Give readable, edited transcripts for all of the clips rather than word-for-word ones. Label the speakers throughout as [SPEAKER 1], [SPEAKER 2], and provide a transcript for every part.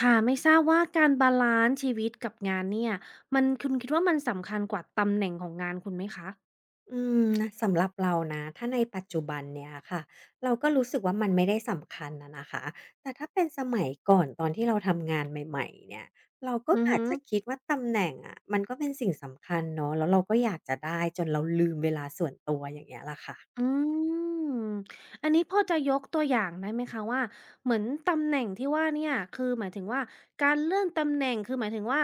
[SPEAKER 1] ค่ะไม่ทราบว่าการบาลานซ์ชีวิตกับงานเนี่ยมันคุณคิดว่ามันสำคัญกว่าตำแหน่งของงานคุณไหมคะ
[SPEAKER 2] อืมนะสำหรับเรานะถ้าในปัจจุบันเนี่ยค่ะเราก็รู้สึกว่ามันไม่ได้สำคัญนะนะคะแต่ถ้าเป็นสมัยก่อนตอนที่เราทำงานใหม่ๆเนี่ยเราก็
[SPEAKER 1] อือ
[SPEAKER 2] อาจ
[SPEAKER 1] ฮึ
[SPEAKER 2] จะคิดว่าตำแหน่งอะมันก็เป็นสิ่งสำคัญเนาะแล้วเราก็อยากจะได้จนเราลืมเวลาส่วนตัวอย่างเงี้ยละค่ะ
[SPEAKER 1] อืมอันนี้พอจะยกตัวอย่างได้ไหมคะว่าเหมือนตำแหน่งที่ว่าเนี่ยคือหมายถึงว่าการเลื่อนตำแหน่งคือหมายถึงว่า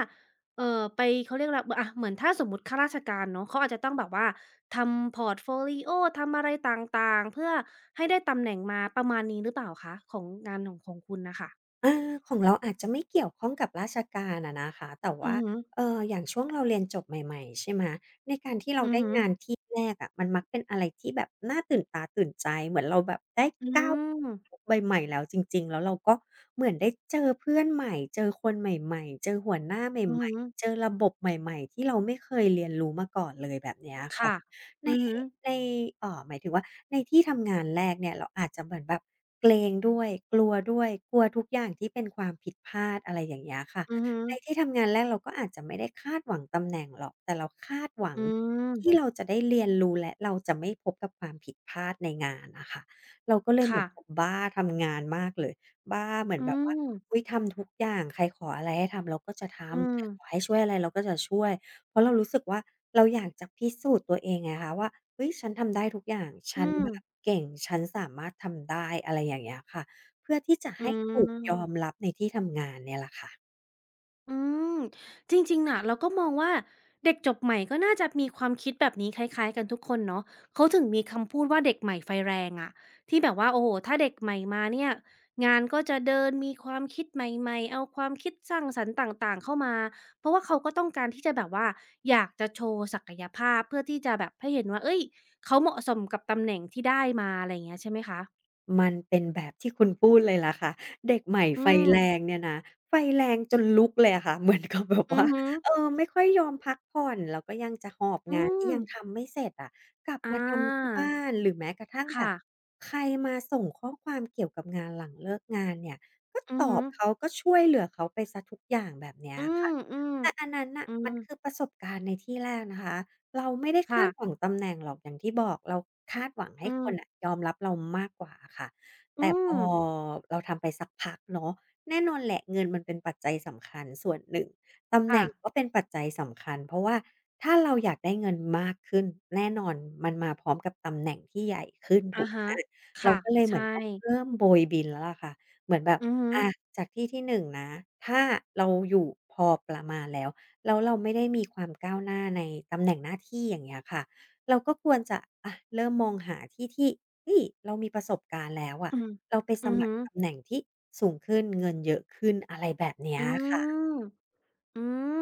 [SPEAKER 1] ไปเขาเรียกอะไรอะเหมือนถ้าสมมุติข้าราชการเนาะเขาอาจจะต้องแบบว่าทำพอร์ตโฟลิโอทำอะไรต่างๆเพื่อให้ได้ตำแหน่งมาประมาณนี้หรือเปล่าคะของงานของคุณน่ะค่ะ
[SPEAKER 2] อาของเราอาจจะไม่เกี่ยวข้องกับราชการอะนะคะแต่
[SPEAKER 1] อื
[SPEAKER 2] ว่า
[SPEAKER 1] อฮึ
[SPEAKER 2] อย่างช่วงเราเรียนจบใหม่ๆใช่ไหมในการที่เรา
[SPEAKER 1] อือ
[SPEAKER 2] ได้
[SPEAKER 1] ฮึ
[SPEAKER 2] งานที่แรกอะมันมักเป็นอะไรที่แบบน่าตื่นตาตื่นใจเหมือนเราแบบได้
[SPEAKER 1] อื
[SPEAKER 2] ก้าว
[SPEAKER 1] ม
[SPEAKER 2] ใบใหม่แล้วจริงๆแล้วเราก็เหมือนได้เจอเพื่อนใหม่เจอคนใหม่ๆเจอหัวหน้าใ
[SPEAKER 1] อือ
[SPEAKER 2] ห
[SPEAKER 1] ฮึ
[SPEAKER 2] ม่ๆเจอระบบใหม่ๆที่เราไม่เคยเรียนรู้มาก่อนเลยแบบเนี้ยค่ะ
[SPEAKER 1] ค่ะ
[SPEAKER 2] ใน
[SPEAKER 1] อือฮึ
[SPEAKER 2] ใน
[SPEAKER 1] อ
[SPEAKER 2] หมายถึงว่าในที่ทำงานแรกเนี่ยเราอาจจะเหมือนแบบเกรงด้วยกลัวด้วยกลัวทุกอย่างที่เป็นความผิดพลาดอะไรอย่างเงี้ยค่ะ
[SPEAKER 1] อือฮึอ
[SPEAKER 2] ในที่ทำงานแรกเราก็อาจจะไม่ได้คาดหวังตำแหน่งหรอกแต่เราคาดหวัง
[SPEAKER 1] อืม
[SPEAKER 2] ที่เราจะได้เรียนรู้และเราจะไม่พบกับความผิดพลาดในงานน่ะค่ะเราก็เลยเหมื
[SPEAKER 1] ค่ะ
[SPEAKER 2] อนกับบ้าทำงานมากเลยบ้าเหมือน
[SPEAKER 1] อื
[SPEAKER 2] แบบว่า
[SPEAKER 1] ม
[SPEAKER 2] อุ๊ยทำทุกอย่างใครขออะไรให้ทำเราก็จะท
[SPEAKER 1] อื
[SPEAKER 2] ำ
[SPEAKER 1] ม
[SPEAKER 2] ใครขอให้ช่วยอะไรเราก็จะช่วย เพราะเรารู้สึกว่าเราอยากจะพิสูจน์ตัวเองไงคะว่าเฮ้ยฉันทำได้ทุกอย่างฉั
[SPEAKER 1] อื
[SPEAKER 2] น
[SPEAKER 1] ม
[SPEAKER 2] แบบเก่งฉันสามารถทำได้อะไรอย่างเงี้ยค่ะเพื่อที่จะ
[SPEAKER 1] อื
[SPEAKER 2] ให้ถูกยอม
[SPEAKER 1] ม
[SPEAKER 2] รับในที่ทำงานเนี่ยแหละค่ะ
[SPEAKER 1] อืมจริงๆน่ะเราก็มองว่าเด็กจบใหม่ก็น่าจะมีความคิดแบบนี้คล้ายๆกันทุกคนเนาะเขาถึงมีคำพูดว่าเด็กใหม่ไฟแรงอะที่แบบว่าโอ้โฮถ้าเด็กใหม่มาเนี่ยงานก็จะเดินมีความคิดใหม่ๆเอาความคิดสร้างสรรค์ต่างๆเข้ามาเพราะว่าเขาก็ต้องการที่จะแบบว่าอยากจะโชว์ศักยภาพเพื่อที่จะแบบให้เห็นว่าเฮ้ยเขาเหมาะสมกับตำแหน่งที่ได้มาอะไรอย่างเงี้ยใช่ไหมคะ
[SPEAKER 2] มันเป็นแบบที่คุณพูดเลยล่ะค่ะเด็กใหม่
[SPEAKER 1] อื
[SPEAKER 2] ไฟ
[SPEAKER 1] ม
[SPEAKER 2] แรงเนี่ยนะไฟแรงจนลุกเลยอะค่ะ เหมือนกับแบบ
[SPEAKER 1] อื
[SPEAKER 2] ว่า
[SPEAKER 1] อฮึ
[SPEAKER 2] เออไม่ค่อยยอมพักผ่อนแล้วก็ยังจะหอบ
[SPEAKER 1] อื
[SPEAKER 2] งานที่
[SPEAKER 1] ม
[SPEAKER 2] ยังทำไม่เสร็จอะกลับ
[SPEAKER 1] อา
[SPEAKER 2] มาทำที่บ้านหรือแม้กระทั่งแบ
[SPEAKER 1] ค่ะ
[SPEAKER 2] บใครมาส่งข้อความเกี่ยวกับงานหลังเลิกงานเนี่ยก็
[SPEAKER 1] อื
[SPEAKER 2] ต
[SPEAKER 1] อ
[SPEAKER 2] อ
[SPEAKER 1] ฮึ
[SPEAKER 2] บเขาก็ช่วยเหลือเขาไปเสียทุกอย่างแบบเนี้ย
[SPEAKER 1] อืม
[SPEAKER 2] ค่ะ
[SPEAKER 1] อืม
[SPEAKER 2] แต่อันนั้นน่ะ
[SPEAKER 1] อืม
[SPEAKER 2] มันคือประสบการณ์ในที่แรกนะคะ เราไม่ได้
[SPEAKER 1] ค่ะ
[SPEAKER 2] คาดหวังตำแหน่งหรอกอย่างที่บอกเราคาดหวังให้
[SPEAKER 1] อื
[SPEAKER 2] ค
[SPEAKER 1] ม
[SPEAKER 2] นน่ะยอมรับเรามากกว่าอะค่ะ
[SPEAKER 1] อื
[SPEAKER 2] แต่พ
[SPEAKER 1] ม
[SPEAKER 2] อเราทำไปสักพักเนาะแน่นอนแหละเงินมันเป็นปัจจัยสำคัญส่วนหนึ่งตำแห
[SPEAKER 1] ค่ะ
[SPEAKER 2] น่งก็เป็นปัจจัยสำคัญเพราะว่าถ้าเราอยากได้เงินมากขึ้นแน่นอนมันมาพร้อมกับตำแหน่งที่ใหญ่ขึ้นถู
[SPEAKER 1] อะ
[SPEAKER 2] กไหม
[SPEAKER 1] ฮะ
[SPEAKER 2] เรา
[SPEAKER 1] ค่ะ
[SPEAKER 2] ก็เลยเหมื
[SPEAKER 1] ใช่
[SPEAKER 2] อนต้องเริ่มโบยบินแล้วล่ะค่ะเหมือนแบบ
[SPEAKER 1] อือฮึ
[SPEAKER 2] อาจากที่ที่หนึ่งนะถ้าเราอยู่พอประมาณแล้ว แล้วเราไม่ได้มีความก้าวหน้าในตำแหน่งหน้าที่อย่างเงี้ยค่ะเราก็ควรจะอะเริ่มมองหาที่ที่เฮ้ยเรามีประสบการณ์แล้วอะ
[SPEAKER 1] อืม
[SPEAKER 2] เราไปส
[SPEAKER 1] อือ
[SPEAKER 2] มั
[SPEAKER 1] ฮึ
[SPEAKER 2] ครตำแหน่งที่สูงขึ้นเงินเยอะขึ้นอะไรแบบเนี้ย
[SPEAKER 1] อื
[SPEAKER 2] ค่ะ
[SPEAKER 1] มอืม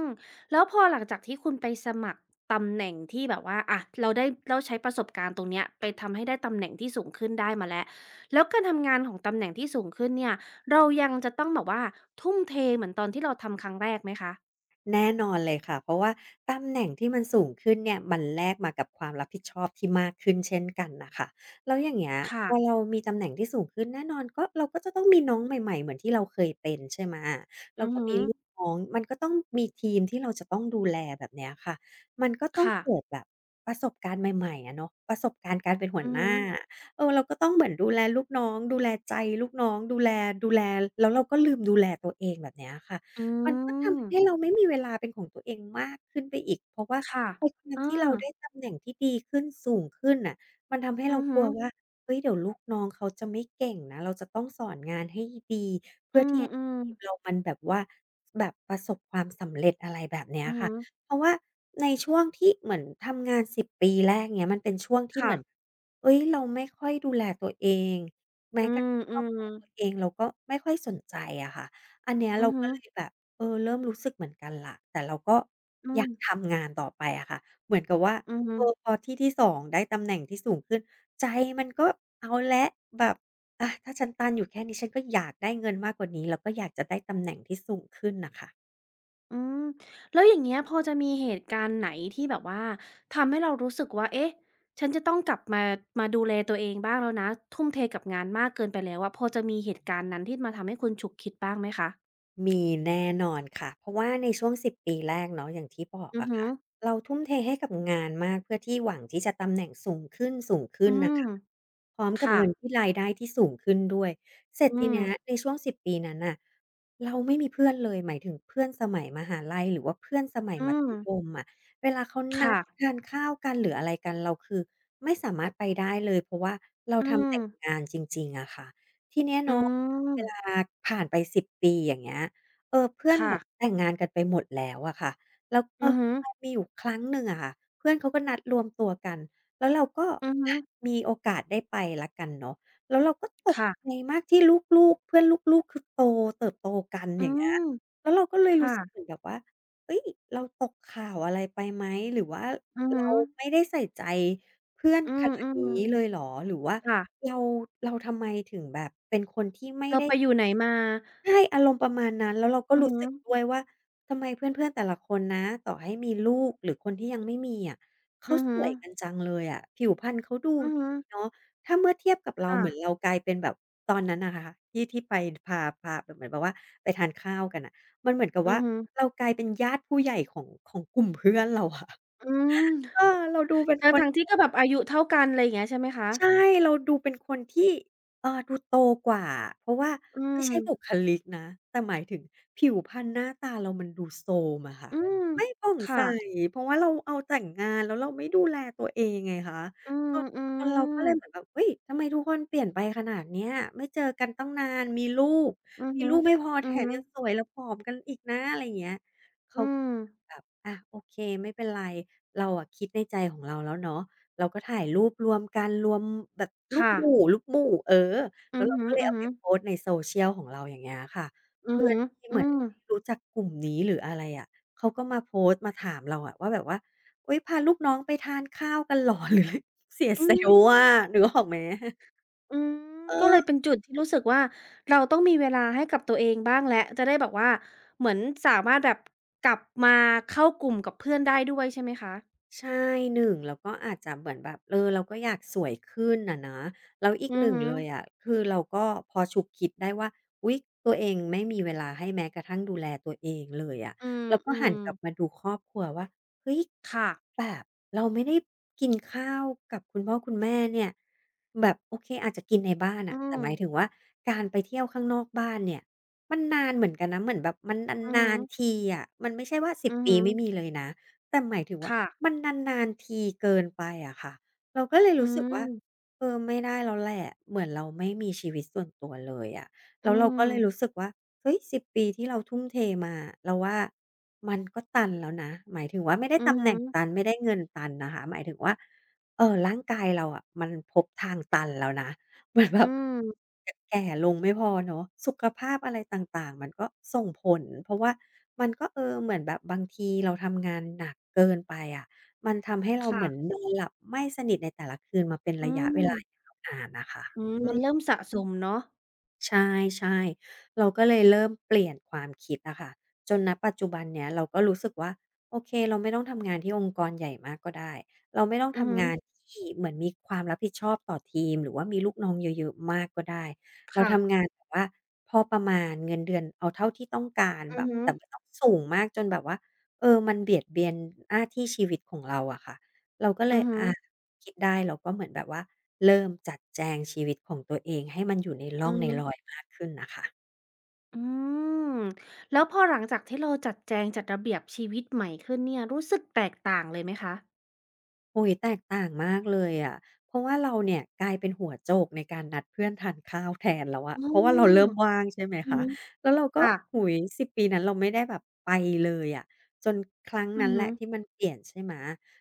[SPEAKER 1] แล้วพอหลังจากที่คุณไปสมัครตำแหน่งที่แบบว่าอะเราได้เราใช้ประสบการณ์ตรงเนี้ยไปทำให้ได้ตำแหน่งที่สูงขึ้นได้มาแล้วแล้วการทำงานของตำแหน่งที่สูงขึ้นเนี่ยเรายังจะต้องแบบว่าทุ่มเทเหมือนตอนที่เราทำครั้งแรกไหมคะ
[SPEAKER 2] แน่นอนเลยค่ะเพราะว่าตำแหน่งที่มันสูงขึ้นเนี่ยมันแลกมากับความรับผิดชอบที่มากขึ้นเช่นกันน่ะค่ะแล้วอย่างเงี้ยพอ
[SPEAKER 1] ค่ะ
[SPEAKER 2] เรามีตำแหน่งที่สูงขึ้นแน่นอนก็เราก็จะต้องมีน้องใหม่ๆเหมือนที่เราเคยเป็นใช่ไหมแล้
[SPEAKER 1] อื
[SPEAKER 2] ว
[SPEAKER 1] อ
[SPEAKER 2] ก็
[SPEAKER 1] ฮึ
[SPEAKER 2] มีลูกน้องมันก็ต้องมีทีมที่เราจะต้องดูแลแบบเนี้ยค่ะมันก็ต้อง
[SPEAKER 1] ค่ะ
[SPEAKER 2] เกิดแบบประสบการณ์ใหม่ๆอะเนาะประสบการณ์การเป็นหั
[SPEAKER 1] อื
[SPEAKER 2] ว
[SPEAKER 1] อ
[SPEAKER 2] ห
[SPEAKER 1] ฮึ
[SPEAKER 2] น้าเออเราก็ต้องเหมือนดูแลลูกน้องดูแลใจลูกน้องดูแลแล้วเราก็ลืมดูแลตัวเองแบบเนี้ยค่ะ
[SPEAKER 1] อื
[SPEAKER 2] มันก็ทำให้
[SPEAKER 1] ม
[SPEAKER 2] เราไม่มีเวลาเป็นของตัวเองมากขึ้นไปอีกเพราะว่า
[SPEAKER 1] ค่ะ
[SPEAKER 2] ไอ้การ
[SPEAKER 1] อา
[SPEAKER 2] ที่เราได้ตำแหน่งที่ดีขึ้นสูงขึ้นน่ะมันทำให้เรา
[SPEAKER 1] อือ
[SPEAKER 2] ก
[SPEAKER 1] ฮึ
[SPEAKER 2] ลัวว่าเฮ้ยเดี๋ยวลูกน้องเขาจะไม่เก่งนะเราจะต้องสอนงานให้ดี
[SPEAKER 1] อื
[SPEAKER 2] เพื่อที่ให้
[SPEAKER 1] ม
[SPEAKER 2] ทีม
[SPEAKER 1] ๆ
[SPEAKER 2] เรามันแบบว่าแบบประสบความสำเร็จอะไรแบบเนี้ย
[SPEAKER 1] อือ
[SPEAKER 2] ค่ะ
[SPEAKER 1] ฮึ
[SPEAKER 2] เพราะว่าในช่วงที่เหมือนทำงาน10ปีแรกเงี้ยมันเป็นช่วงที่เห
[SPEAKER 1] ค่ะ
[SPEAKER 2] มือนเฮ้ยเราไม่ค่อยดูแลตัวเองแม้
[SPEAKER 1] อื
[SPEAKER 2] กระทั่งครอบ
[SPEAKER 1] ม
[SPEAKER 2] ครัวตัวเอ
[SPEAKER 1] ๆ
[SPEAKER 2] งเราก็ไม่ค่อยสนใจอะค่ะอันเนี้ย
[SPEAKER 1] อื
[SPEAKER 2] เรา
[SPEAKER 1] อฮึ
[SPEAKER 2] ก็เลยแบบ เออเริ่มรู้สึกเหมือนกันล่ะแต่เราก็
[SPEAKER 1] อื
[SPEAKER 2] อยา
[SPEAKER 1] ม
[SPEAKER 2] กทำงานต่อไปอะค่ะเหมือนกับว่า
[SPEAKER 1] อือฮึ
[SPEAKER 2] เออพอที่2ได้ตำแหน่งที่สูงขึ้นใจมันก็เอาแล้วแบบอะถ้าฉันตันอยู่แค่นี้ฉันก็อยากได้เงินมากกว่านี้แล้วก็อยากจะได้ตำแหน่งที่สูงขึ้นน่ะค่ะ
[SPEAKER 1] อืมแล้วอย่างเงี้ยพอจะมีเหตุการณ์ไหนที่แบบว่าทำให้เรารู้สึกว่าเอ๊ะฉันจะต้องกลับมามาดูแลตัวเองบ้างแล้วนะทุ่มเทกับงานมากเกินไปแล้วอะพอจะมีเหตุการณ์นั้นที่มาทำให้คุณฉุกคิดบ้างไหมคะ
[SPEAKER 2] มีแน่นอนค่ะเพราะว่าในช่วง10 ปีแรกเนาะอย่างที่บอก
[SPEAKER 1] อือ
[SPEAKER 2] อะ
[SPEAKER 1] ฮึ
[SPEAKER 2] ค่ะเราทุ่มเทให้กับงานมากเพื่อที่หวังที่จะตำแหน่งสูงขึ้
[SPEAKER 1] อื
[SPEAKER 2] นๆน่ะ
[SPEAKER 1] ม
[SPEAKER 2] ค่ะพร้อมกับ
[SPEAKER 1] ค่ะ
[SPEAKER 2] เงินที่รายได้ที่สูงขึ้นด้วยเสร็จ
[SPEAKER 1] อื
[SPEAKER 2] ที
[SPEAKER 1] ม
[SPEAKER 2] เนี้ยในช่วง10 ปีนั้นน่ะเราไม่มีเพื่อนเลยหมายถึงเพื่อนสมัยมหาลัยหรือว่าเพื่อนสมัย
[SPEAKER 1] อื
[SPEAKER 2] มัธ
[SPEAKER 1] ม
[SPEAKER 2] ยมอะเวลาเขานัด
[SPEAKER 1] ค่ะ
[SPEAKER 2] ทานข้าวกันหรืออะไรกันเราคือไม่สามารถไปได้เลยเพราะว่าเรา
[SPEAKER 1] อื
[SPEAKER 2] ทำแต่
[SPEAKER 1] ม
[SPEAKER 2] งานจริงๆอะค่ะ ทีเนี้ย
[SPEAKER 1] อื
[SPEAKER 2] เนาะเว
[SPEAKER 1] ม
[SPEAKER 2] ลาผ่านไปสิบปีอย่างเงี้ยเออเพื่อนเห
[SPEAKER 1] ค่ะ
[SPEAKER 2] มือนแต่งงานกันไปหมดแล้วอะค่ะแล้วเอ
[SPEAKER 1] อื
[SPEAKER 2] อ
[SPEAKER 1] อฮึ
[SPEAKER 2] มันมีอยู่ครั้งหนึ่งอะค่ะเพื่อนเขาก็นัดรวมตัวกันแล้วเราก็
[SPEAKER 1] อือฮึ
[SPEAKER 2] อะมีโอกาสได้ไปแล้วกันเนาะแล้วเราก็ตกใจ
[SPEAKER 1] ค่ะ
[SPEAKER 2] มากที่ลูกๆเพื่อนลูกๆคือโตเติบโตกัน
[SPEAKER 1] อื
[SPEAKER 2] อย่างเงี้
[SPEAKER 1] ม
[SPEAKER 2] ยแล้วเราก็เลย
[SPEAKER 1] ค
[SPEAKER 2] รู้สึกเหมือ
[SPEAKER 1] ่ะ
[SPEAKER 2] นแบบว่าเฮ้ยเราตกข่าวอะไรไปไหมหรือว่า
[SPEAKER 1] อือ
[SPEAKER 2] เรา
[SPEAKER 1] ฮึ
[SPEAKER 2] ไม่ได้ใส่ใจ เพื่อน
[SPEAKER 1] อื
[SPEAKER 2] ขนาดน
[SPEAKER 1] ม
[SPEAKER 2] ี้เลยเหรอหรือว่า
[SPEAKER 1] ๆค่ะ
[SPEAKER 2] เราเราทำไมถึงแบบเป็นคนที่ไม่
[SPEAKER 1] เรา
[SPEAKER 2] ได้
[SPEAKER 1] ไปอยู่ไหนมา
[SPEAKER 2] ใช่อารมณ์ประมาณนั้นแล้วเราก็
[SPEAKER 1] อือ
[SPEAKER 2] รู้
[SPEAKER 1] ฮึ
[SPEAKER 2] สึกด้วยว่าทำไมเพื่อนๆแต่ละคนนะต่อให้มีลูกหรือคนที่ยังไม่มีอะเขา
[SPEAKER 1] อือ
[SPEAKER 2] ส
[SPEAKER 1] ฮึ
[SPEAKER 2] วยกันจังเลยอะผิวพรรณเขาดู
[SPEAKER 1] อือ
[SPEAKER 2] ดี
[SPEAKER 1] ฮึ
[SPEAKER 2] เนาะถ้าเมื่อเทียบกับเรา
[SPEAKER 1] ค่ะ
[SPEAKER 2] เหมือนเรากลายเป็นแบบตอนนั้นนะคะที่ที่ไปพาแบบเหมือนแบบว่าไปทานข้าวกันน่ะมันเหมือนกับ
[SPEAKER 1] อื
[SPEAKER 2] ว่า
[SPEAKER 1] อฮึ
[SPEAKER 2] เรากลายเป็นญาติผู้ใหญ่ของกลุ่มเพื่อนเราอะ
[SPEAKER 1] อืม
[SPEAKER 2] เออเราดูเป็น
[SPEAKER 1] ท
[SPEAKER 2] คน
[SPEAKER 1] ั้งๆที่ก็แบบอายุเท่ากันอะไรอย่างเงี้ยใช่ไหมคะ
[SPEAKER 2] ใช่เราดูเป็นคนที่ดูโตกว่าเพราะว่า
[SPEAKER 1] อื
[SPEAKER 2] ไม่
[SPEAKER 1] ม
[SPEAKER 2] ใช่บุคลิกนะแต่หมายถึงผิวพรรณหน้าตาเรามันดูโทรมอะค่ะ
[SPEAKER 1] อืม
[SPEAKER 2] ไม่ผ่องใส
[SPEAKER 1] ค่ะ
[SPEAKER 2] เพราะว่าเราเอาแต่งงานแล้วเราไม่ดูแลตัวเองไงคะ
[SPEAKER 1] อื
[SPEAKER 2] จ
[SPEAKER 1] ม
[SPEAKER 2] น
[SPEAKER 1] อื
[SPEAKER 2] จนเราก็
[SPEAKER 1] ม
[SPEAKER 2] เลยเหมือนแบบเฮ้ยทำไมทุกคนเปลี่ยนไปขนาดเนี้ยไม่เจอกันตั้งนานก
[SPEAKER 1] อือ
[SPEAKER 2] มี
[SPEAKER 1] ฮึ
[SPEAKER 2] ลูกไม่พอแถ
[SPEAKER 1] อือ
[SPEAKER 2] ม
[SPEAKER 1] ฮึ
[SPEAKER 2] ยังสวยและผอมกันอีกนะอะไรอย่างเงี้ย
[SPEAKER 1] อื
[SPEAKER 2] เขา
[SPEAKER 1] ม
[SPEAKER 2] แบบอะโอเคไม่เป็นไรเราอะคิดในใจของเราแล้วเนาะ เราก็ถ่ายรูปรวมกันรวมแบบรูป
[SPEAKER 1] ค่ะ
[SPEAKER 2] หมู่รูปหมู่เออ
[SPEAKER 1] อื
[SPEAKER 2] แล้ว
[SPEAKER 1] อ
[SPEAKER 2] เรา
[SPEAKER 1] ฮึ
[SPEAKER 2] ก็เล
[SPEAKER 1] ๆ
[SPEAKER 2] ย
[SPEAKER 1] อือ
[SPEAKER 2] เอาไป
[SPEAKER 1] ฮึ
[SPEAKER 2] โพสต์ใน Social ของเราอย่างเงี้ยค่ะ
[SPEAKER 1] อื
[SPEAKER 2] เพื่อนที่เหมือน
[SPEAKER 1] ม
[SPEAKER 2] ไม่ได้รู้จักกลุ่มนี้หรืออะไรอะเขาก็มาโพสต์มาถามเราอะว่าแบบว่าอุ๊ยพาลูกน้องไปทานข้าวกันเหรอ หรือเสีย
[SPEAKER 1] อื
[SPEAKER 2] เซลล์อะ
[SPEAKER 1] ม
[SPEAKER 2] นึกออกไหม
[SPEAKER 1] อืม
[SPEAKER 2] เอ
[SPEAKER 1] ก็เล
[SPEAKER 2] อ
[SPEAKER 1] ยเป็นจุดที่รู้สึกว่าเราต้องมีเวลาให้กับตัวเองบ้างแล้วจะได้แบบว่าเหมือนสามารถแบบกลับมาเข้ากลุ่มกับเพื่อนได้ด้วยใช่ไหมคะ
[SPEAKER 2] ใช่หนึ่งแล้วก็อาจจะเหมือนแบบเออเราก็อยากสวยขึ้นอะนะแล้วอีก
[SPEAKER 1] อื
[SPEAKER 2] ห
[SPEAKER 1] อ
[SPEAKER 2] นึ่ง
[SPEAKER 1] ฮึ
[SPEAKER 2] เลยอะคือเราก็พอฉุกคิดได้ว่าอุ๊ยตัวเองไม่มีเวลาให้แม้กระทั่งดูแลตัวเองเลยอะ
[SPEAKER 1] อื
[SPEAKER 2] เราก็หัน
[SPEAKER 1] ม
[SPEAKER 2] กลับ
[SPEAKER 1] ๆ
[SPEAKER 2] มาดูครอบครัวว่าเฮ้ย
[SPEAKER 1] ค่ะ
[SPEAKER 2] แบบเราไม่ได้กินข้าวกับคุณพ่อคุณแม่เนี่ยแบบโอเคอาจจะกินในบ้าน
[SPEAKER 1] อื
[SPEAKER 2] อ่ะแต่
[SPEAKER 1] ม
[SPEAKER 2] หมายถึงว่าการไปเที่ยวข้างนอกบ้านเนี่ยมันนานเหมือนกันนะเหมือนแบบมัน
[SPEAKER 1] อือ
[SPEAKER 2] นา
[SPEAKER 1] ฮึ
[SPEAKER 2] นๆทีอะมันไม่ใช่ว่าสิบ
[SPEAKER 1] อือ
[SPEAKER 2] ปี
[SPEAKER 1] ฮึ
[SPEAKER 2] ไม่มีเลยนะ แต่หมายถึงว่า
[SPEAKER 1] ค่ะ
[SPEAKER 2] มันนานๆทีเกินไปอะค่ะเราก็เลย
[SPEAKER 1] อื
[SPEAKER 2] รู้สึกว่า
[SPEAKER 1] ม
[SPEAKER 2] เออไม่ได้แล้วแหละเหมือนเราไม่มีชีวิตส่วนตัวเลยอะแล้
[SPEAKER 1] อื
[SPEAKER 2] วเราก็
[SPEAKER 1] ม
[SPEAKER 2] เลยรู้สึกว่าเฮ้ยสิบปีที่เราทุ่มเทมาเราว่ามันก็ตันแล้วนะหมายถึงว่าไม่ได้
[SPEAKER 1] อือ
[SPEAKER 2] ตำแห
[SPEAKER 1] ฮึ
[SPEAKER 2] น่งตันไม่ได้เงินตันนะคะหมายถึงว่าร่างกายเราอะมันพบทางตันแล้วนะ เหมือน แบ
[SPEAKER 1] อื
[SPEAKER 2] บ
[SPEAKER 1] ม
[SPEAKER 2] แก่ลงไม่พอเนาะสุขภาพอะไรต่างๆมันก็ส่งผลเพราะว่ามันก็เออเหมือนแบบบางทีเราทำงานหนักเกินไปอะมันทำให้เราเหมือน
[SPEAKER 1] ค่ะ
[SPEAKER 2] นอนหลับไม่สนิทในแต่ละคืนมาเป็น
[SPEAKER 1] อื
[SPEAKER 2] ระยะเวลา
[SPEAKER 1] ม
[SPEAKER 2] ยาวนานน่ะค่ะ
[SPEAKER 1] อืม
[SPEAKER 2] อื
[SPEAKER 1] มัน
[SPEAKER 2] ม
[SPEAKER 1] เริ่มสะสมเนาะ
[SPEAKER 2] ใช่ๆเราก็เลยเริ่มเปลี่ยนความคิดอะค่ะจนณปัจจุบันเนี้ยเราก็รู้สึกว่าโอเคเราไม่ต้องทำงานที่องค์กรใหญ่มากก็ได้เราไม่ต้อง
[SPEAKER 1] อือฮึ
[SPEAKER 2] ทำงานที่เหมือนมีความรับผิดชอบต่อทีมหรือว่ามีลูกน้องเยอะๆมากก็ได้เรา
[SPEAKER 1] ค่ะ
[SPEAKER 2] ทำงานแบบว่าพอประมาณเงินเดือนเอาเท่าที่ต้องการ
[SPEAKER 1] อื
[SPEAKER 2] แบ
[SPEAKER 1] อ
[SPEAKER 2] บ
[SPEAKER 1] ฮึ
[SPEAKER 2] แต่ไม่ต้องสูงมากจนแบบว่าเออมันเบียดเบียนหน้าที่ชีวิตของเราอะค่ะเราก็เล
[SPEAKER 1] อื
[SPEAKER 2] ย
[SPEAKER 1] อฮึ
[SPEAKER 2] อา คิดได้เราก็เหมือนแบบว่าเริ่มจัดแจงชีวิตของตัวเองให้มันอยู่ในร่
[SPEAKER 1] อื
[SPEAKER 2] อง
[SPEAKER 1] อ
[SPEAKER 2] ใน
[SPEAKER 1] ฮึ
[SPEAKER 2] รอยมากขึ้นน่ะค่ะ
[SPEAKER 1] อืมแล้วพอหลังจากที่เราจัดแจงจัดระเบียบชีวิตใหม่ขึ้นเนี่ยรู้สึกแตกต่างเลยไหมคะ
[SPEAKER 2] โอ้ยแตกต่างมากเลยอะเพราะว่าเราเนี่ยกลายเป็นหัวโจกในการนัดเพื่อนทานข้าวแทนแล้วอะ
[SPEAKER 1] อ๋
[SPEAKER 2] เพราะว่าเราเริ่ม
[SPEAKER 1] อ
[SPEAKER 2] ว่างใช่ไหม
[SPEAKER 1] อือ
[SPEAKER 2] คะ
[SPEAKER 1] ฮึ
[SPEAKER 2] แล้วเราก็
[SPEAKER 1] ค่ะ
[SPEAKER 2] โอ้โฮ10ปีนั้นเราไม่ได้แบบไปเลยอะจนครั้ง
[SPEAKER 1] อื
[SPEAKER 2] นั้
[SPEAKER 1] อ
[SPEAKER 2] นแห
[SPEAKER 1] ฮึ
[SPEAKER 2] ละที่มันเปลี่ยนใช่ไหม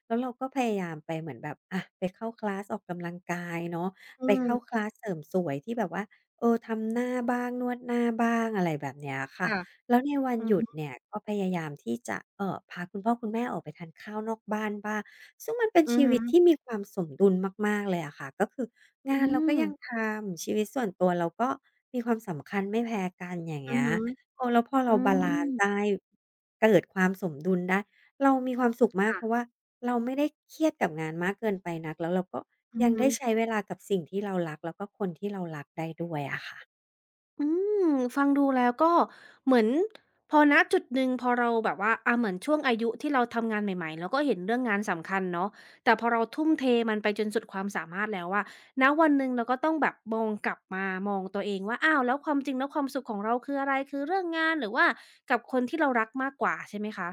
[SPEAKER 2] แล้วเราก็พยายามไปเหมือนแบบอะไปเข้าคลาสออกกำลังกายเนาะ
[SPEAKER 1] อื
[SPEAKER 2] ไปเข้าค
[SPEAKER 1] ม
[SPEAKER 2] ลาสเสริมสวยที่แบบว่าทำหน้าบ้างนวดหน้าบ้างอะไรแบบเนี้ยค่ะ
[SPEAKER 1] ค่ะ
[SPEAKER 2] แล้วในวัน
[SPEAKER 1] อื
[SPEAKER 2] ห
[SPEAKER 1] อ
[SPEAKER 2] ยุ
[SPEAKER 1] ฮึ
[SPEAKER 2] ดเนี่ยก็พยายามที่จะพาคุณพ่อคุณแม่ออกไปทานข้าวนอกบ้านบ้าง ซึ่งมันเป็น
[SPEAKER 1] อือ
[SPEAKER 2] ชี
[SPEAKER 1] ฮึ
[SPEAKER 2] วิตที่มีความสมดุลมากๆเลยอะค่ะก็คืองา
[SPEAKER 1] อื
[SPEAKER 2] นเราก็
[SPEAKER 1] ม
[SPEAKER 2] ยังทำชีวิตส่วนตัวเราก็มีความสำคัญไม่แพ้กันอย่าง
[SPEAKER 1] อือ
[SPEAKER 2] เงี้ย
[SPEAKER 1] ฮึ
[SPEAKER 2] แล้วพอ
[SPEAKER 1] อื
[SPEAKER 2] เราบาลัน
[SPEAKER 1] ม
[SPEAKER 2] ซ์ได้เกิดความสมดุลได้เรามีความสุขมากเพราะ
[SPEAKER 1] ค่ะ
[SPEAKER 2] ว่าเราไม่ได้เครียดกับงานมากเกินไปนักแล้วเราก็
[SPEAKER 1] อือ
[SPEAKER 2] ยัง
[SPEAKER 1] ฮึ
[SPEAKER 2] ได้ใช้เวลากับสิ่งที่เรารักแล้วก็คนที่เรารักได้ด้วยอะค่ะ
[SPEAKER 1] อืมฟังดูแล้วก็เหมือนพอณจุดหนึ่งพอเราแบบว่าอาเหมือนช่วงอายุที่เราทำงานใหม่ๆเราก็เห็นเรื่องงานสำคัญเนาะแต่พอเราทุ่มเทมันไปจนสุดความสามารถแล้วอะณวันหนึ่งเราก็ต้องแบบมองกลับมามองตัวเองว่าอ้าวแล้วความจริงแล้วความสุขของเราคืออะไรคือเรื่องงานหรือว่ากับคนที่เรารักมากกว่าใช่ไหมคะ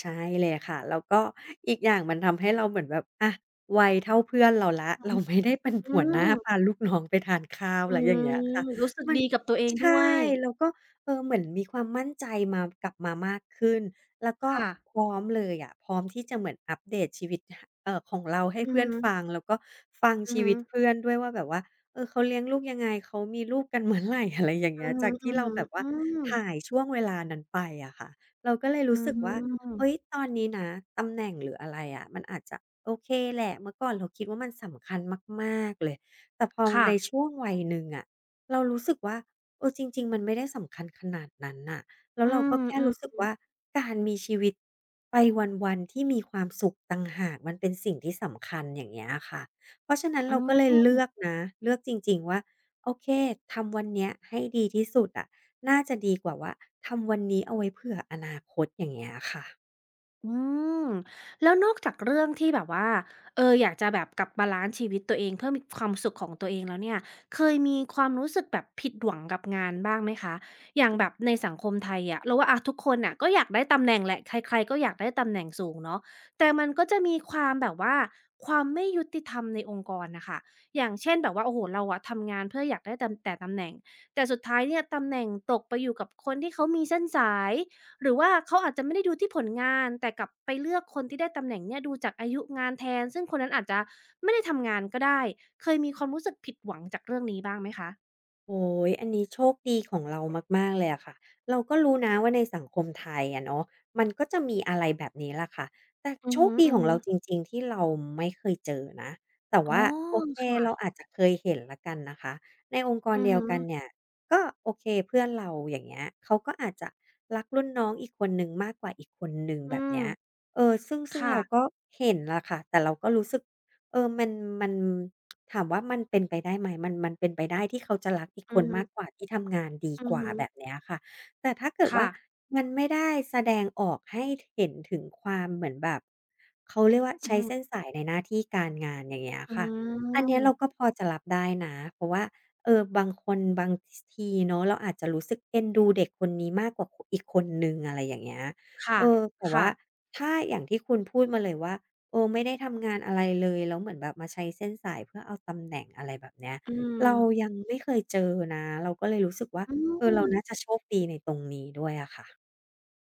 [SPEAKER 2] ใช่เลยค่ะแล้วก็อีกอย่างมันทำให้เราเหมือนแบบอะวัยเท่าเพื่อนเราแล้วเราไม่ได้เป็น
[SPEAKER 1] อือื
[SPEAKER 2] หัวหน้า
[SPEAKER 1] ม
[SPEAKER 2] พาลูกน้องไปทานข้าว
[SPEAKER 1] อื
[SPEAKER 2] แล้วอย่างเงี้ยค่ะ
[SPEAKER 1] มรู้สึก
[SPEAKER 2] มัน
[SPEAKER 1] ดีกับตัวเองด้
[SPEAKER 2] ใช่
[SPEAKER 1] วย
[SPEAKER 2] แล้วก็เหมือนมีความมั่นใจมากลับมามากขึ้นแล้วก็
[SPEAKER 1] ค่ะ
[SPEAKER 2] พร้อมเลยอะพร้อมที่จะเหมือนอัปเดตชีวิตหเอ่อของเราให้
[SPEAKER 1] อือ
[SPEAKER 2] เพื่อ
[SPEAKER 1] ฮึ
[SPEAKER 2] นฟังแล้วก็ฟัง
[SPEAKER 1] อือ
[SPEAKER 2] ชี
[SPEAKER 1] ฮึ
[SPEAKER 2] วิตเพื่อนด้วยว่าแบบว่าเขาเลี้ยงลูกยังไงเขามีลูกกันเมื่อไรอะไรอย่างเงี้
[SPEAKER 1] อื
[SPEAKER 2] ย
[SPEAKER 1] อฮึ
[SPEAKER 2] จากที่เราแบบ
[SPEAKER 1] ๆ
[SPEAKER 2] ว่า
[SPEAKER 1] อืม
[SPEAKER 2] หายช่วงเวลานั้นไปอะค่ะเราก็เลย
[SPEAKER 1] อื
[SPEAKER 2] รู้สึกว่า
[SPEAKER 1] ม
[SPEAKER 2] เฮ้ย ตอนนี้นะตำแหน่งหรืออะไรอะมันอาจจะโอเคแหละเมื่อก่อนเราคิดว่ามันสำคัญมากๆเลยแต่พอ
[SPEAKER 1] ค่ะ
[SPEAKER 2] ในช่วงวัยหนึ่งอะเรารู้สึกว่าจริงๆมันไม่ได้สำคัญขนาดนั้นน่ะแล้ว
[SPEAKER 1] อื
[SPEAKER 2] เราก็
[SPEAKER 1] ม
[SPEAKER 2] แค่
[SPEAKER 1] อืม
[SPEAKER 2] รู้สึกว่าการมีชีวิตไปวันๆที่มีความสุขต่างหากมันเป็นสิ่งที่สำคัญอย่างเงี้ยอะค่ะเพราะฉะนั้น
[SPEAKER 1] อื
[SPEAKER 2] เราก็เลย
[SPEAKER 1] ม
[SPEAKER 2] เลือกนะเลือกจริงๆว่าโอเคทำวันเนี้ยให้ดีที่สุดอะน่าจะดีกว่าว่าทำวันนี้เอาไว้เผื่ออนาคตอย่างเงี้ยค่ะ
[SPEAKER 1] อืมแล้วนอกจากเรื่องที่แบบว่าเอออยากจะแบบกลับบาล้านซ์ชีวิตตัวเองเพิ่มีความสุขของตัวเองแล้วเนี่ยเคยมีความรู้สึกแบบผิดหวังกับงานบ้างไหมคะอย่างแบบในสังคมไทยอะเราว่าอะทุกคนน่ะก็อยากได้ตำแหน่งแหละใครๆก็อยากได้ตำแหน่งสูงเนาะแต่มันก็จะมีความแบบว่าความไม่ยุติธรรมในองค์กรน่ะค่ะอย่างเช่นแบบว่าโอ้โฮเราอะทำงานเพื่ออยากได้ตำแต่ตำแหน่งแต่สุดท้ายเนี่ยตำแหน่งตกไปอยู่กับคนที่เขามีเส้นสาย หรือว่าเขาอาจจะไม่ได้ดูที่ผลงานแต่กลับไปเลือกคนที่ได้ตำแหน่งเนี่ยดูจากอายุงานแทนซึ่งคนนั้นอาจจะไม่ได้ทำงานก็ได้เคยมีความรู้สึกผิดหวังจากเรื่องนี้บ้างไหมคะ
[SPEAKER 2] โอ้ย อันนี้โชคดีของเรามากๆ เลยอะค่ะ เราก็รู้นะว่าในสังคมไทยอะเนาะมันก็จะมีอะไรแบบนี้แหละค่ะ แต่
[SPEAKER 1] อื
[SPEAKER 2] โช
[SPEAKER 1] อ
[SPEAKER 2] ค
[SPEAKER 1] ฮึ
[SPEAKER 2] ดีของเราจ
[SPEAKER 1] ๆ
[SPEAKER 2] ริงๆ ที่เราไม่เคยเจอนะแต่
[SPEAKER 1] อ๋อ
[SPEAKER 2] ว่าโอเคเรา
[SPEAKER 1] ค่ะ
[SPEAKER 2] อาจจะเคยเห็นแล้วกันนะคะในองค์กร
[SPEAKER 1] อือ
[SPEAKER 2] เดียว
[SPEAKER 1] ฮึ
[SPEAKER 2] กันเนี่ยก็โอเคเพื่อนเราอย่างเงี้ยเขาก็อาจจะรักรุ่นน้องอีกคนหนึ่งมากกว่าอีกคนหนึ่ง
[SPEAKER 1] อื
[SPEAKER 2] แบบ
[SPEAKER 1] ม
[SPEAKER 2] เนี้ยซึ่ง
[SPEAKER 1] ค
[SPEAKER 2] ซึ่งเราก็
[SPEAKER 1] ่ะ
[SPEAKER 2] เห็นแหละค่ะแต่เราก็รู้สึกเออมันมัน ถามว่ามันเป็นไปได้ไหมมันเป็นไปได้ที่เขาจะรักอีก
[SPEAKER 1] อื
[SPEAKER 2] ค
[SPEAKER 1] อ
[SPEAKER 2] นมาก
[SPEAKER 1] ฮึ
[SPEAKER 2] กว่าที่ทำงานดี
[SPEAKER 1] อื
[SPEAKER 2] ก
[SPEAKER 1] อ
[SPEAKER 2] ว่า
[SPEAKER 1] ฮึ
[SPEAKER 2] แบบเนี้ยค่ะแต่ถ้าเกิด
[SPEAKER 1] ค่ะ
[SPEAKER 2] ว่ามันไม่ได้แสดงออกให้เห็นถึงความเหมือนแบบเขาเรียกว่า
[SPEAKER 1] อื
[SPEAKER 2] ใช้เส้น
[SPEAKER 1] ม
[SPEAKER 2] สายในหน้าที่การงานอย่างเงี้ย
[SPEAKER 1] อื
[SPEAKER 2] ค่ะอันเนี้ยเราก็
[SPEAKER 1] ม
[SPEAKER 2] พอจะรับได้นะเพราะว่าบางคนบางสทีเนาะเราอาจจะรู้สึกเอ็นดูเด็กคนนี้มากกว่าคอีกคนหนึ่งอะไรอย่างเงี้ย
[SPEAKER 1] ค่ะ
[SPEAKER 2] แต่
[SPEAKER 1] ค่ะ
[SPEAKER 2] ว่าถ้าอย่างที่คุณพูดมาเลยว่า โอ้ไม่ได้ทำงานอะไรเลยแล้วเหมือนแบบมาใช้เส้นสายเพื่อเอาตำแหน่งอะไรแบบเนี้ย
[SPEAKER 1] อืม
[SPEAKER 2] เรายังไม่เคยเจอนะเราก็เลยรู้สึกว่า
[SPEAKER 1] อื
[SPEAKER 2] เรา
[SPEAKER 1] ม
[SPEAKER 2] น่าจะโชคดีในตรงนี้ด้วยอะค่ะ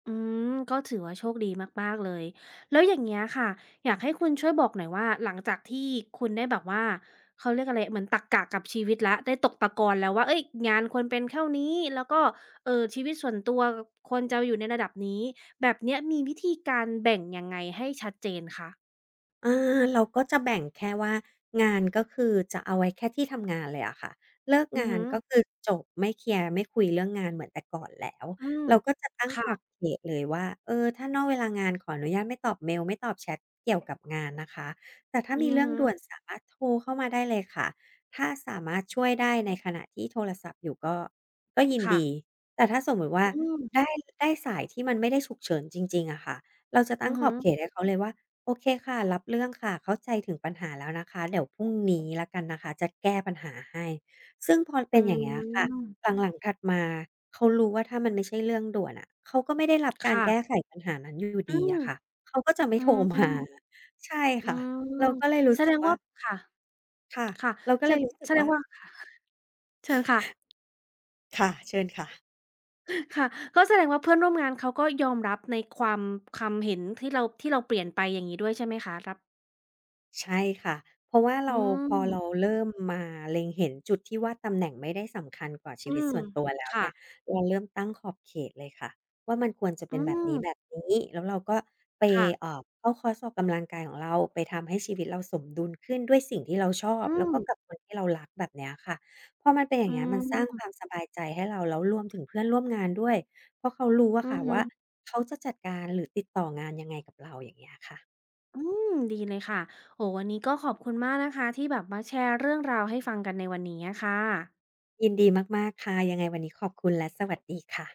[SPEAKER 1] อืมก็ถือว่าโชคดีมากๆเลยแล้วอย่างเงี้ยค่ะอยากให้คุณช่วยบอกหน่อยว่าหลังจากที่คุณได้แบบว่าเขาเรียกอะไรเหมือนตักกะกับชีวิตแล้วได้ตกตะกอนแล้วว่าเอ้ยงานควรเป็นเท่านี้แล้วก็เออชีวิตส่วนตัวควรจะอยู่ในระดับนี้แบบเนี้ยมีวิธีการแบ่งยังไงให้ชัดเจนคะ
[SPEAKER 2] อาเราก็จะแบ่งแค่ว่างานก็คือจะเอาไว้แค่ที่ทำงานเลยอะค่ะเลิก
[SPEAKER 1] อือ
[SPEAKER 2] งาน
[SPEAKER 1] ฮึ
[SPEAKER 2] ก็คือจบไม่เคลียร์ไม่คุยเรื่องงานเหมือนแต่ก่อนแล้ว
[SPEAKER 1] อืม
[SPEAKER 2] เราก็จะตั้งขอบ
[SPEAKER 1] ค่ะ
[SPEAKER 2] เขตเลยว่าถ้านอกเวลางานขออนุญาตไม่ตอบเมลไม่ตอบแชทเกี่ยวกับงานนะคะแต่ถ้า
[SPEAKER 1] อื
[SPEAKER 2] มี
[SPEAKER 1] อ
[SPEAKER 2] เรื่อง
[SPEAKER 1] ฮึ
[SPEAKER 2] ด่วนสามารถโทรเข้ามาได้เลยค่ะถ้าสามารถช่วยได้ในขณะที่โทรศัพท์อยู่ก็ยิน
[SPEAKER 1] ค่ะ
[SPEAKER 2] ดีแต่ถ้าสมมติว่า
[SPEAKER 1] อืม
[SPEAKER 2] ได้ได้สายที่มันไม่ได้ฉุกเฉินจริงๆอะค่ะ เราจะตั้
[SPEAKER 1] อื
[SPEAKER 2] ง
[SPEAKER 1] อ
[SPEAKER 2] ขอ
[SPEAKER 1] ฮึ
[SPEAKER 2] บเขตให้เขาเลยว่าโอเคค่ะรับเรื่องค่ะเข้าใจถึงปัญหาแล้วนะคะเดี๋ยวพรุ่งนี้แล้วกันนะคะจะแก้ปัญหาให้ซึ่งพอ
[SPEAKER 1] อื
[SPEAKER 2] เป็นอย่างเงี้ยค่ะห
[SPEAKER 1] ม
[SPEAKER 2] ลังๆถัดมาเขารู้ว่าถ้ามันไม่ใช่เรื่องด่วนอะเขาก็ไม่ได้รับการแก้ไข
[SPEAKER 1] ค่ะ
[SPEAKER 2] ปัญหานั้นอยู่
[SPEAKER 1] อื
[SPEAKER 2] ดี
[SPEAKER 1] ม
[SPEAKER 2] อะค่ะเขาก็จะไม่
[SPEAKER 1] อื
[SPEAKER 2] โทรมา
[SPEAKER 1] ม
[SPEAKER 2] ใช่
[SPEAKER 1] อื
[SPEAKER 2] ค่ะ
[SPEAKER 1] ม
[SPEAKER 2] เราก็เลยรู้
[SPEAKER 1] แส
[SPEAKER 2] สึ
[SPEAKER 1] ด
[SPEAKER 2] ก
[SPEAKER 1] ง
[SPEAKER 2] ว่า
[SPEAKER 1] ว่าค่ะ
[SPEAKER 2] ค่ะ
[SPEAKER 1] ค่ะ
[SPEAKER 2] เราก็
[SPEAKER 1] แส
[SPEAKER 2] เลยรู้สึ
[SPEAKER 1] แส
[SPEAKER 2] ก
[SPEAKER 1] ดง
[SPEAKER 2] ว่า
[SPEAKER 1] ว่าค่ะเชิญค่ะ
[SPEAKER 2] ค่ะเชิญค่ะ
[SPEAKER 1] ค่ะก็แสดงว่าเพื่อนร่วมงานเขาก็ยอมรับในความความเห็นที่เราเปลี่ยนไปอย่างงี้ด้วยใช่ไหมคะรับ
[SPEAKER 2] ใช่ค่ะเพราะว่า
[SPEAKER 1] อื
[SPEAKER 2] เราพอเรา
[SPEAKER 1] ม
[SPEAKER 2] เริ่มมาเล็งเห็นจุดที่ว่าตำแหน่งไม่ได้สำคัญกว่าชี
[SPEAKER 1] อื
[SPEAKER 2] วิต
[SPEAKER 1] ม
[SPEAKER 2] ส่วนตัวแล้ว
[SPEAKER 1] ค่ะ
[SPEAKER 2] เนี่ยเราเริ่มตั้งขอบเขตเลยค่ะว่ามันควรจะ
[SPEAKER 1] อื
[SPEAKER 2] เป็นแบบ
[SPEAKER 1] ม
[SPEAKER 2] นี้แบบนี้แล้วเราก็ไป
[SPEAKER 1] ค่ะ
[SPEAKER 2] เข้าคอร์สออกกำลังกายของเราไปทำให้ชีวิตเราสมดุลขึ้นด้วยสิ่งที่เราชอบ
[SPEAKER 1] อื
[SPEAKER 2] แล้ว
[SPEAKER 1] ม
[SPEAKER 2] ก็กับคนที่เรารักแบบเนี้ยค่ะพอมันเป็นอย่า
[SPEAKER 1] อื
[SPEAKER 2] งเงี้ยมันสร้างความ
[SPEAKER 1] ม
[SPEAKER 2] สบายใจให้เราแล้วรวมถึงเพื่อนร่วมงานด้วยเพราะเขารู้อะ
[SPEAKER 1] อื
[SPEAKER 2] ค่ะ
[SPEAKER 1] อฮึ
[SPEAKER 2] ว่าเขาจะจัดการหรือติดต่องานยังไงกับเราอย่างเงี้ยค่ะ
[SPEAKER 1] อืมดีเลยค่ะโอ้โฮวันนี้ก็ขอบคุณมากนะคะที่แบบมาแชร์เรื่องราวให้ฟังกันในวันนี้อะค่ะ
[SPEAKER 2] ยินดีมากๆค่ะยังไงวันนี้ขอบคุณและสวัสดีค่ะ